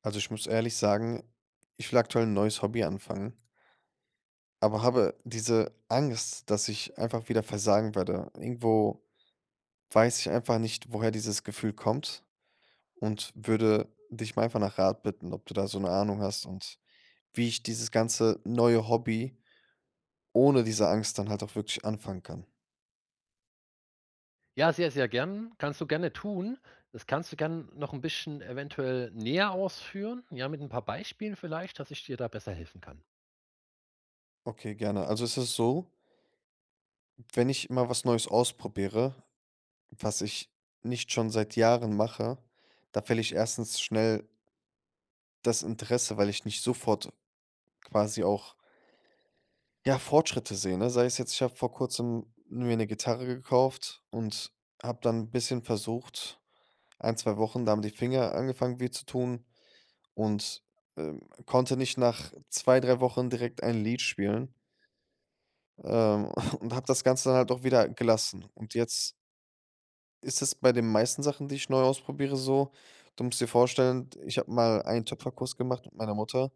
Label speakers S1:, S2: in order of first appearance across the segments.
S1: Also, ich muss ehrlich sagen, ich will aktuell ein neues Hobby anfangen, aber habe diese Angst, dass ich einfach wieder versagen werde. Irgendwo weiß ich einfach nicht, woher dieses Gefühl kommt, und würde dich mal einfach nach Rat bitten, ob du da so eine Ahnung hast und wie ich dieses ganze neue Hobby ohne diese Angst dann halt auch wirklich anfangen kann.
S2: Ja, sehr, sehr gern. Kannst du gerne tun. Das kannst du gern noch ein bisschen eventuell näher ausführen, ja, mit ein paar Beispielen vielleicht, dass ich dir da besser helfen kann.
S1: Okay, gerne. Also, es ist so, wenn ich mal was Neues ausprobiere, was ich nicht schon seit Jahren mache, da fälle ich erstens schnell das Interesse, weil ich nicht sofort quasi auch, ja, Fortschritte sehe, ne? Sei es jetzt, ich habe vor Kurzem mir eine Gitarre gekauft und habe dann ein bisschen versucht, ein 2 Wochen, da haben die Finger angefangen weh zu tun, und, konnte nicht nach 2 3 Wochen direkt ein Lied spielen, ähm, und habe das Ganze dann halt auch wieder gelassen. Und jetzt ist es bei den meisten Sachen, die ich neu ausprobiere, so. Du musst dir vorstellen, ich habe mal einen Töpferkurs gemacht mit meiner Mutter.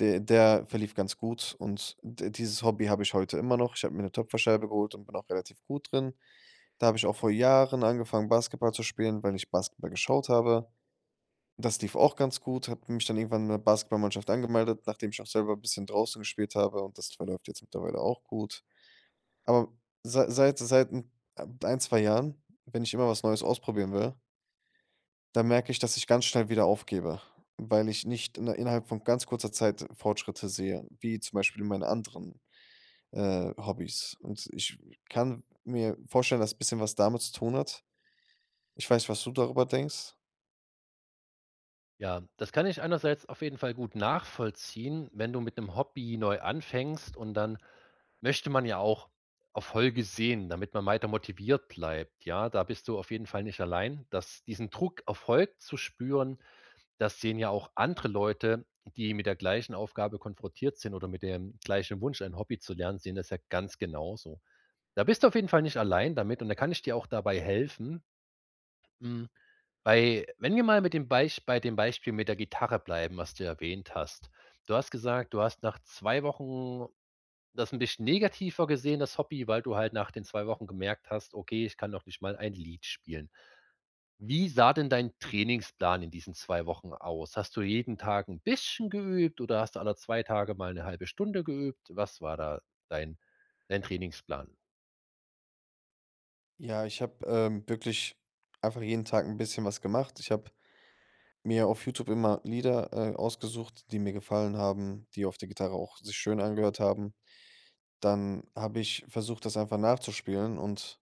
S1: De Der verlief ganz gut, und d dieses Hobby habe ich heute immer noch. Ich habe mir eine Töpferscheibe geholt und bin auch relativ gut drin. Da habe ich auch vor Jahren angefangen, Basketball zu spielen, weil ich Basketball geschaut habe. Das lief auch ganz gut, habe mich dann irgendwann in der Basketballmannschaft angemeldet, nachdem ich auch selber ein bisschen draußen gespielt habe, und das verläuft jetzt mittlerweile auch gut. Aber seit ein 1 Jahren, wenn ich immer was Neues ausprobieren will, da merke ich, dass ich ganz schnell wieder aufgebe, weil ich nicht in innerhalb von ganz kurzer Zeit Fortschritte sehe, wie zum Beispiel in meinen anderen, Hobbys. Und ich kann mir vorstellen, dass ein bisschen was damit zu tun hat. Ich weiß, was du darüber denkst.
S2: Ja, das kann ich einerseits auf jeden Fall gut nachvollziehen, wenn du mit einem Hobby neu anfängst und dann möchte man ja auch Erfolge sehen, damit man weiter motiviert bleibt, ja? Da bist du auf jeden Fall nicht allein, dass diesen Druck, Erfolg zu spüren. Das sehen ja auch andere Leute, die mit der gleichen Aufgabe konfrontiert sind oder mit dem gleichen Wunsch, ein Hobby zu lernen, sehen das ja ganz genauso. Da bist du auf jeden Fall nicht allein damit und da kann ich dir auch dabei helfen. Hm, bei wenn wir mal mit dem bei dem Beispiel mit der Gitarre bleiben, was du erwähnt hast. Du hast gesagt, du hast nach 2 Wochen das ein bisschen negativer gesehen, das Hobby, weil du halt nach den 2 Wochen gemerkt hast: „Okay, ich kann noch nicht mal ein Lied spielen.“ Wie sah denn dein Trainingsplan in diesen 2 Wochen aus? Hast du jeden Tag ein bisschen geübt oder hast du alle 2 Tage mal eine halbe Stunde geübt? Was war da dein dein Trainingsplan?
S1: Ja, ich habe, wirklich einfach jeden Tag ein bisschen was gemacht. Ich habe mir auf YouTube immer Lieder, ausgesucht, die mir gefallen haben, die auf der Gitarre auch sich schön angehört haben. Dann habe ich versucht, das einfach nachzuspielen, und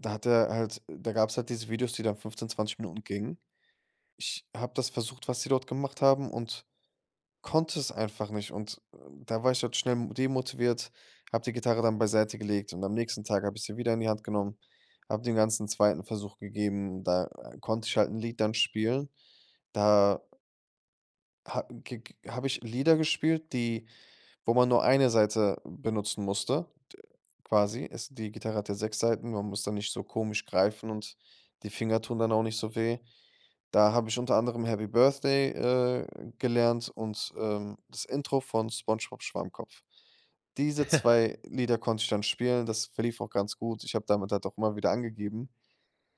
S1: Da gab es halt diese Videos, die dann 15, 20 Minuten gingen. Ich habe das versucht, was die dort gemacht haben, und konnte es einfach nicht, und, da war ich halt schnell m demotiviert, habe die Gitarre dann beiseite gelegt, und am nächsten Tag habe ich sie wieder in die Hand genommen, habe den ganzen zweiten Versuch gegeben. Da, konnte ich halt ein Lied dann spielen. Da ha ge ge habe ich Lieder gespielt, die wo man nur eine Seite benutzen musste, d quasi. Es Die Gitarre hat ja 6 Seiten. Man muss da nicht so komisch greifen, und die Finger tun dann auch nicht so weh. Da habe ich unter anderem „Happy Birthday", gelernt und, das Intro von „SpongeBob Schwammkopf". Diese 2 Lieder konnte ich dann spielen, das verlief auch ganz gut. Ich habe damit halt auch immer wieder angegeben.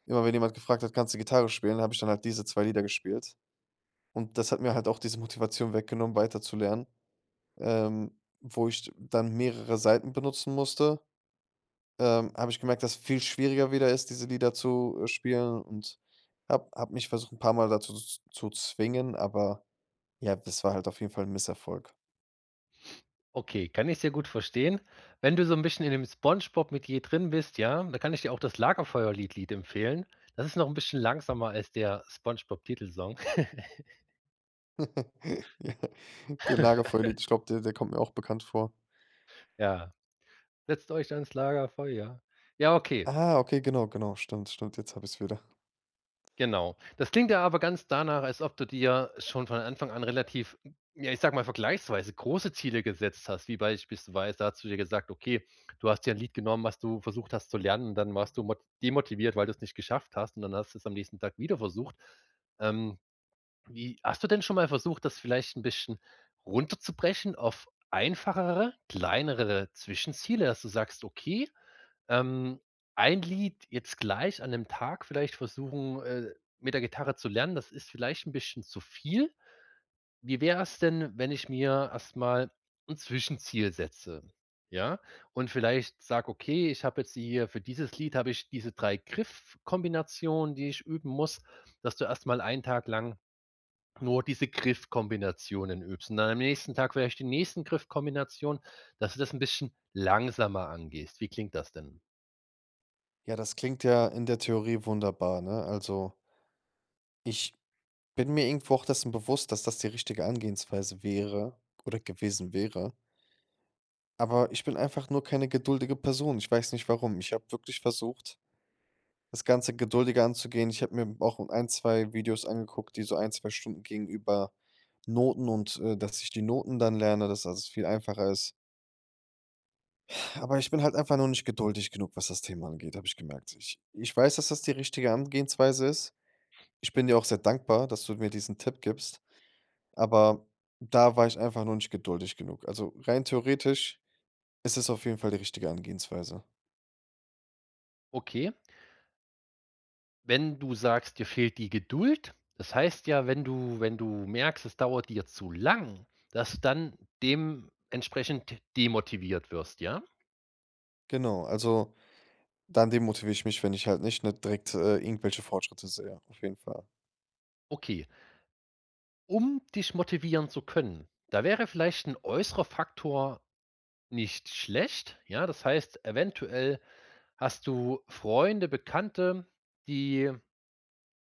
S1: Immer wenn jemand gefragt hat: „Kannst du Gitarre spielen?", habe ich dann halt diese 2 Lieder gespielt. Und das hat mir halt auch diese Motivation weggenommen, weiterzulernen. Wo ich dann mehrere Seiten benutzen musste, habe ich gemerkt, dass es viel schwieriger wieder ist, diese Lieder zu, spielen, und habe hab hab mich versucht, ein paar Mal dazu z zu zwingen, aber ja, das war halt auf jeden Fall ein Misserfolg.
S2: Okay, kann ich sehr gut verstehen. Wenn du so ein bisschen in dem SpongeBob-Metier drin bist, ja, da kann ich dir auch das Lagerfeuerlied-Lied empfehlen. Das ist noch ein bisschen langsamer als der SpongeBob-Titelsong.
S1: Ja, den Lagerfeuerlied, ich glaube, der kommt mir auch bekannt vor.
S2: Ja. „Setzt euch ans Lagerfeuer.“ Ja, okay.
S1: Ah, okay, genau, genau, stimmt, stimmt, jetzt habe ich es wieder.
S2: Genau. Das klingt ja aber ganz danach, als ob du dir schon von Anfang an relativ, ja, ich sage mal, vergleichsweise große Ziele gesetzt hast, wie beispielsweise da hast du dir gesagt: „Okay, du hast dir ein Lied genommen, was du versucht hast zu lernen und dann warst du mot demotiviert, weil du es nicht geschafft hast und dann hast du es am nächsten Tag wieder versucht.“ Ähm, Wie hast du denn schon mal versucht, das vielleicht ein bisschen runterzubrechen auf einfachere, kleinere Zwischenziele, dass du sagst: „Okay, ähm, ein Lied jetzt gleich an 'nem Tag vielleicht versuchen, mit der Gitarre zu lernen, das ist vielleicht ein bisschen zu viel. Wie wäre es denn, wenn ich mir erstmal ein Zwischenziel setze, ja? Und vielleicht sage: „Okay, ich habe jetzt hier für dieses Lied habe ich diese 3 Griffkombinationen, die ich üben muss“, dass du erstmal einen Tag lang nur diese Griffkombinationen übst und dann am nächsten Tag vielleicht die nächsten Griffkombinationen, dass du das ein bisschen langsamer angehst. Wie klingt das denn?
S1: Ja, das klingt ja in der Theorie wunderbar, ne? Also, ich bin mir irgendwo auch dessen bewusst, dass das die richtige Angehensweise wäre oder gewesen wäre. Aber ich bin einfach nur keine geduldige Person. Ich weiß nicht, warum. Ich habe wirklich versucht, das Ganze geduldiger anzugehen. Ich habe mir auch ein 2 Videos angeguckt, die so ein 2 Stunden gingen, über Noten, und, dass ich die Noten dann lerne, dass das viel einfacher ist. Aber ich bin halt einfach nur nicht geduldig genug, was das Thema angeht, habe ich gemerkt. Ich weiß, dass das die richtige Herangehensweise ist. Ich bin dir auch sehr dankbar, dass du mir diesen Tipp gibst, aber da war ich einfach nur nicht geduldig genug. Also, rein theoretisch ist es auf jeden Fall die richtige Herangehensweise.
S2: Okay? Wenn du sagst, dir fehlt die Geduld, das heißt ja, wenn du merkst, es dauert dir zu lang, dass du dann dementsprechend demotiviert wirst, ja?
S1: Genau, also dann demotiviere ich mich, wenn ich halt nicht, ne, direkt, irgendwelche Fortschritte sehe, auf jeden Fall.
S2: Okay. Um dich motivieren zu können, da wäre vielleicht ein äußerer Faktor nicht schlecht, ja? Das heißt, eventuell hast du Freunde, Bekannte, die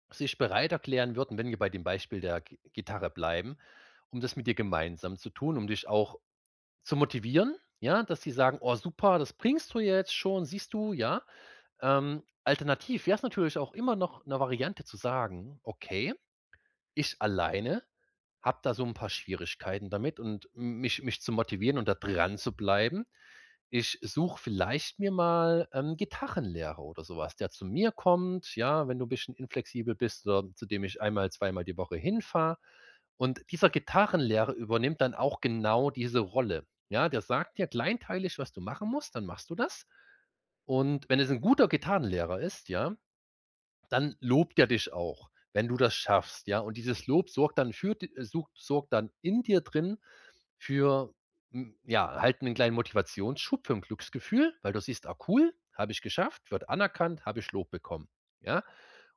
S2: sich bereit erklären würden, wenn wir bei dem Beispiel der G Gitarre bleiben, um das mit dir gemeinsam zu tun, um dich auch zu motivieren, ja, dass sie sagen: „Oh super, das bringst du jetzt schon, siehst du, ja?“ Alternativ wäre es natürlich auch immer noch eine Variante zu sagen: „Okay, ich alleine habe da so ein paar Schwierigkeiten damit und mich zu motivieren und da dran zu bleiben. Ich suche vielleicht mir mal 'n Gitarrenlehrer oder sowas, der zu mir kommt, ja, wenn du ein bisschen inflexibel bist oder zu dem ich einmal, zweimal die Woche hinfahre. Und dieser Gitarrenlehrer übernimmt dann auch genau diese Rolle. Ja, der sagt dir kleinteilig, was du machen musst, dann machst du das. Und wenn es ein guter Gitarrenlehrer ist, ja, dann lobt er dich auch, wenn du das schaffst, ja? Und dieses Lob sorgt dann in dir drin für, ja, halt einen kleinen Motivationsschub für ein Glücksgefühl, weil du siehst: „Ah, cool, habe ich geschafft, wird anerkannt, habe ich Lob bekommen“, ja?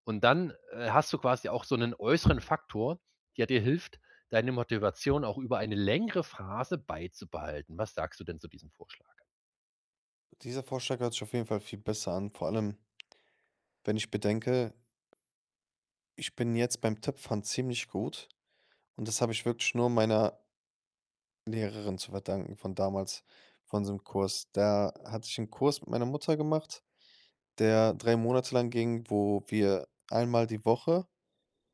S2: Und dann, hast du quasi auch so einen äußeren Faktor, der dir hilft, deine Motivation auch über eine längere Phase beizubehalten. Was sagst du denn zu diesem Vorschlag?
S1: Dieser Vorschlag hört sich auf jeden Fall viel besser an, vor allem, wenn ich bedenke, ich bin jetzt beim Töpfern ziemlich gut, und das habe ich wirklich nur meiner Lehrerin zu verdanken, von damals, von diesem Kurs. Da hatte ich einen Kurs mit meiner Mutter gemacht, der 3 Monate lang ging, wo wir einmal die Woche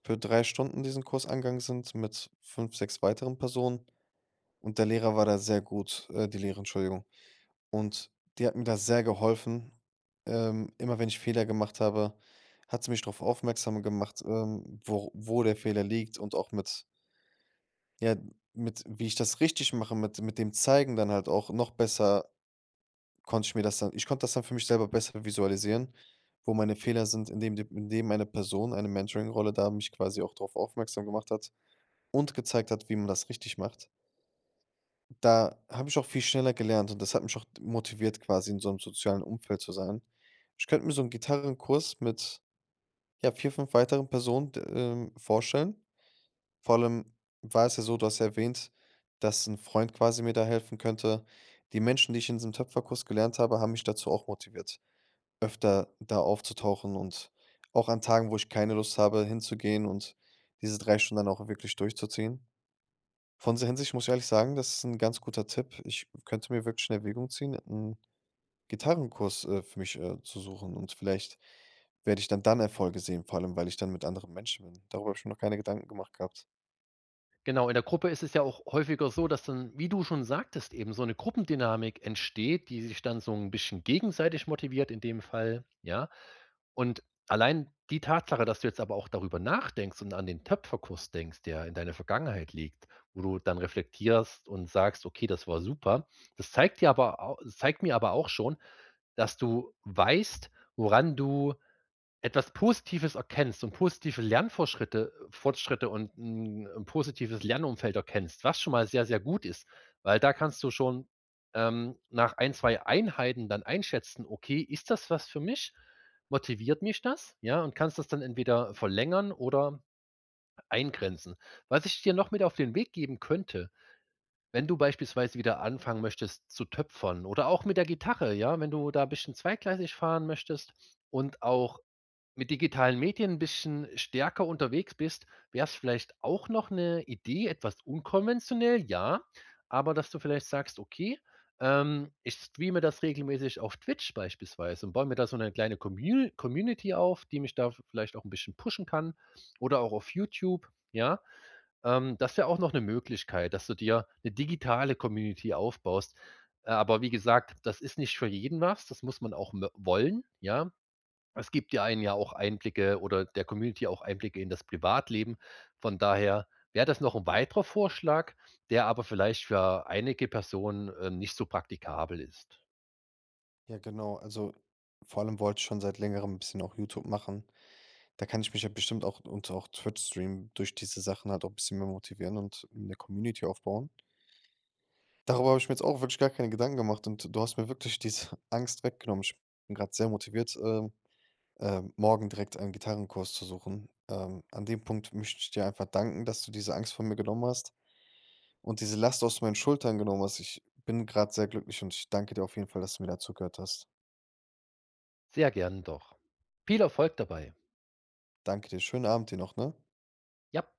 S1: für 3 Stunden diesen Kurs angegangen sind, mit 5, 6 weiteren Personen, und der Lehrer war da sehr gut, die Lehrerin, Entschuldigung. Und die hat mir da sehr geholfen. Immer wenn ich Fehler gemacht habe, hat sie mich darauf aufmerksam gemacht, wo, der Fehler liegt, und auch mit, ja, mit, wie ich das richtig mache, mit dem Zeigen dann halt auch noch besser konnte ich mir das dann, ich konnte das dann für mich selber besser visualisieren, wo meine Fehler sind, indem eine Person, eine Mentoring-Rolle, da mich quasi auch darauf aufmerksam gemacht hat und gezeigt hat, wie man das richtig macht. Da habe ich auch viel schneller gelernt, und das hat mich auch motiviert, quasi in so einem sozialen Umfeld zu sein. Ich könnte mir so einen Gitarrenkurs mit, ja, 4 5 weiteren Personen d vorstellen. Vor allem war es ja so, du hast ja erwähnt, dass ein Freund quasi mir da helfen könnte. Die Menschen, die ich in diesem Töpferkurs gelernt habe, haben mich dazu auch motiviert, öfter da aufzutauchen und auch an Tagen, wo ich keine Lust habe, hinzugehen, und diese 3 Stunden dann auch wirklich durchzuziehen. Von dieser Hinsicht muss ich ehrlich sagen, das ist ein ganz guter Tipp. Ich könnte mir wirklich in Erwägung ziehen, einen Gitarrenkurs, für mich, zu suchen, und vielleicht werde ich dann Erfolge sehen, vor allem, weil ich dann mit anderen Menschen bin. Darüber habe ich mir noch keine Gedanken gemacht gehabt.
S2: Genau, in der Gruppe ist es ja auch häufiger so, dass dann, wie du schon sagtest, eben so eine Gruppendynamik entsteht, die sich dann so ein bisschen gegenseitig motiviert in dem Fall, ja? Und allein die Tatsache, dass du jetzt aber auch darüber nachdenkst und an den Töpferkurs denkst, der in deiner Vergangenheit liegt, wo du dann reflektierst und sagst: „Okay, das war super.“ Das zeigt dir aber au zeigt mir aber auch schon, dass du weißt, woran du etwas Positives erkennst und positive Lernfortschritte Fortschritte und ein 'n positives Lernumfeld erkennst, was schon mal sehr, sehr gut ist, weil da kannst du schon, nach ein 2 Einheiten dann einschätzen: „Okay, ist das was für mich? Motiviert mich das?“ Ja, und kannst das dann entweder verlängern oder eingrenzen. Was ich dir noch mit auf den Weg geben könnte, wenn du beispielsweise wieder anfangen möchtest zu töpfern oder auch mit der Gitarre, ja, wenn du da ein bisschen zweigleisig fahren möchtest und auch mit digitalen Medien 'n bisschen stärker unterwegs bist, wäre es vielleicht auch noch eine Idee, etwas unkonventionell, ja, aber dass du vielleicht sagst: „Okay, ich streame das regelmäßig auf Twitch beispielsweise und baue mir da so eine kleine Community auf, die mich da vielleicht auch ein bisschen pushen kann oder auch auf YouTube“, ja? Das wäre auch noch eine Möglichkeit, dass du dir eine digitale Community aufbaust. Aber wie gesagt, das ist nicht für jeden was, das muss man auch mö wollen, ja? Es gibt ja einen ja auch Einblicke oder der Community auch Einblicke in das Privatleben. Von daher wäre das noch ein weiterer Vorschlag, der aber vielleicht für einige Personen, nicht so praktikabel ist.
S1: Ja, genau. Also, vor allem wollte ich schon seit Längerem ein bisschen auch YouTube machen. Da kann ich mich ja bestimmt auch und auch Twitch streamen, durch diese Sachen halt auch 'n bisschen mehr motivieren und eine Community aufbauen. Darüber habe ich mir jetzt auch wirklich gar keine Gedanken gemacht, und du hast mir wirklich diese Angst weggenommen. Ich bin gerade sehr motiviert, morgen direkt einen Gitarrenkurs zu suchen. An dem Punkt möchte ich dir einfach danken, dass du diese Angst von mir genommen hast und diese Last aus meinen Schultern genommen hast. Ich bin gerade sehr glücklich, und ich danke dir auf jeden Fall, dass du mir dazugehört hast.
S2: Sehr gern doch. Viel Erfolg dabei.
S1: Danke dir. Schönen Abend dir noch, ne?
S2: Ja.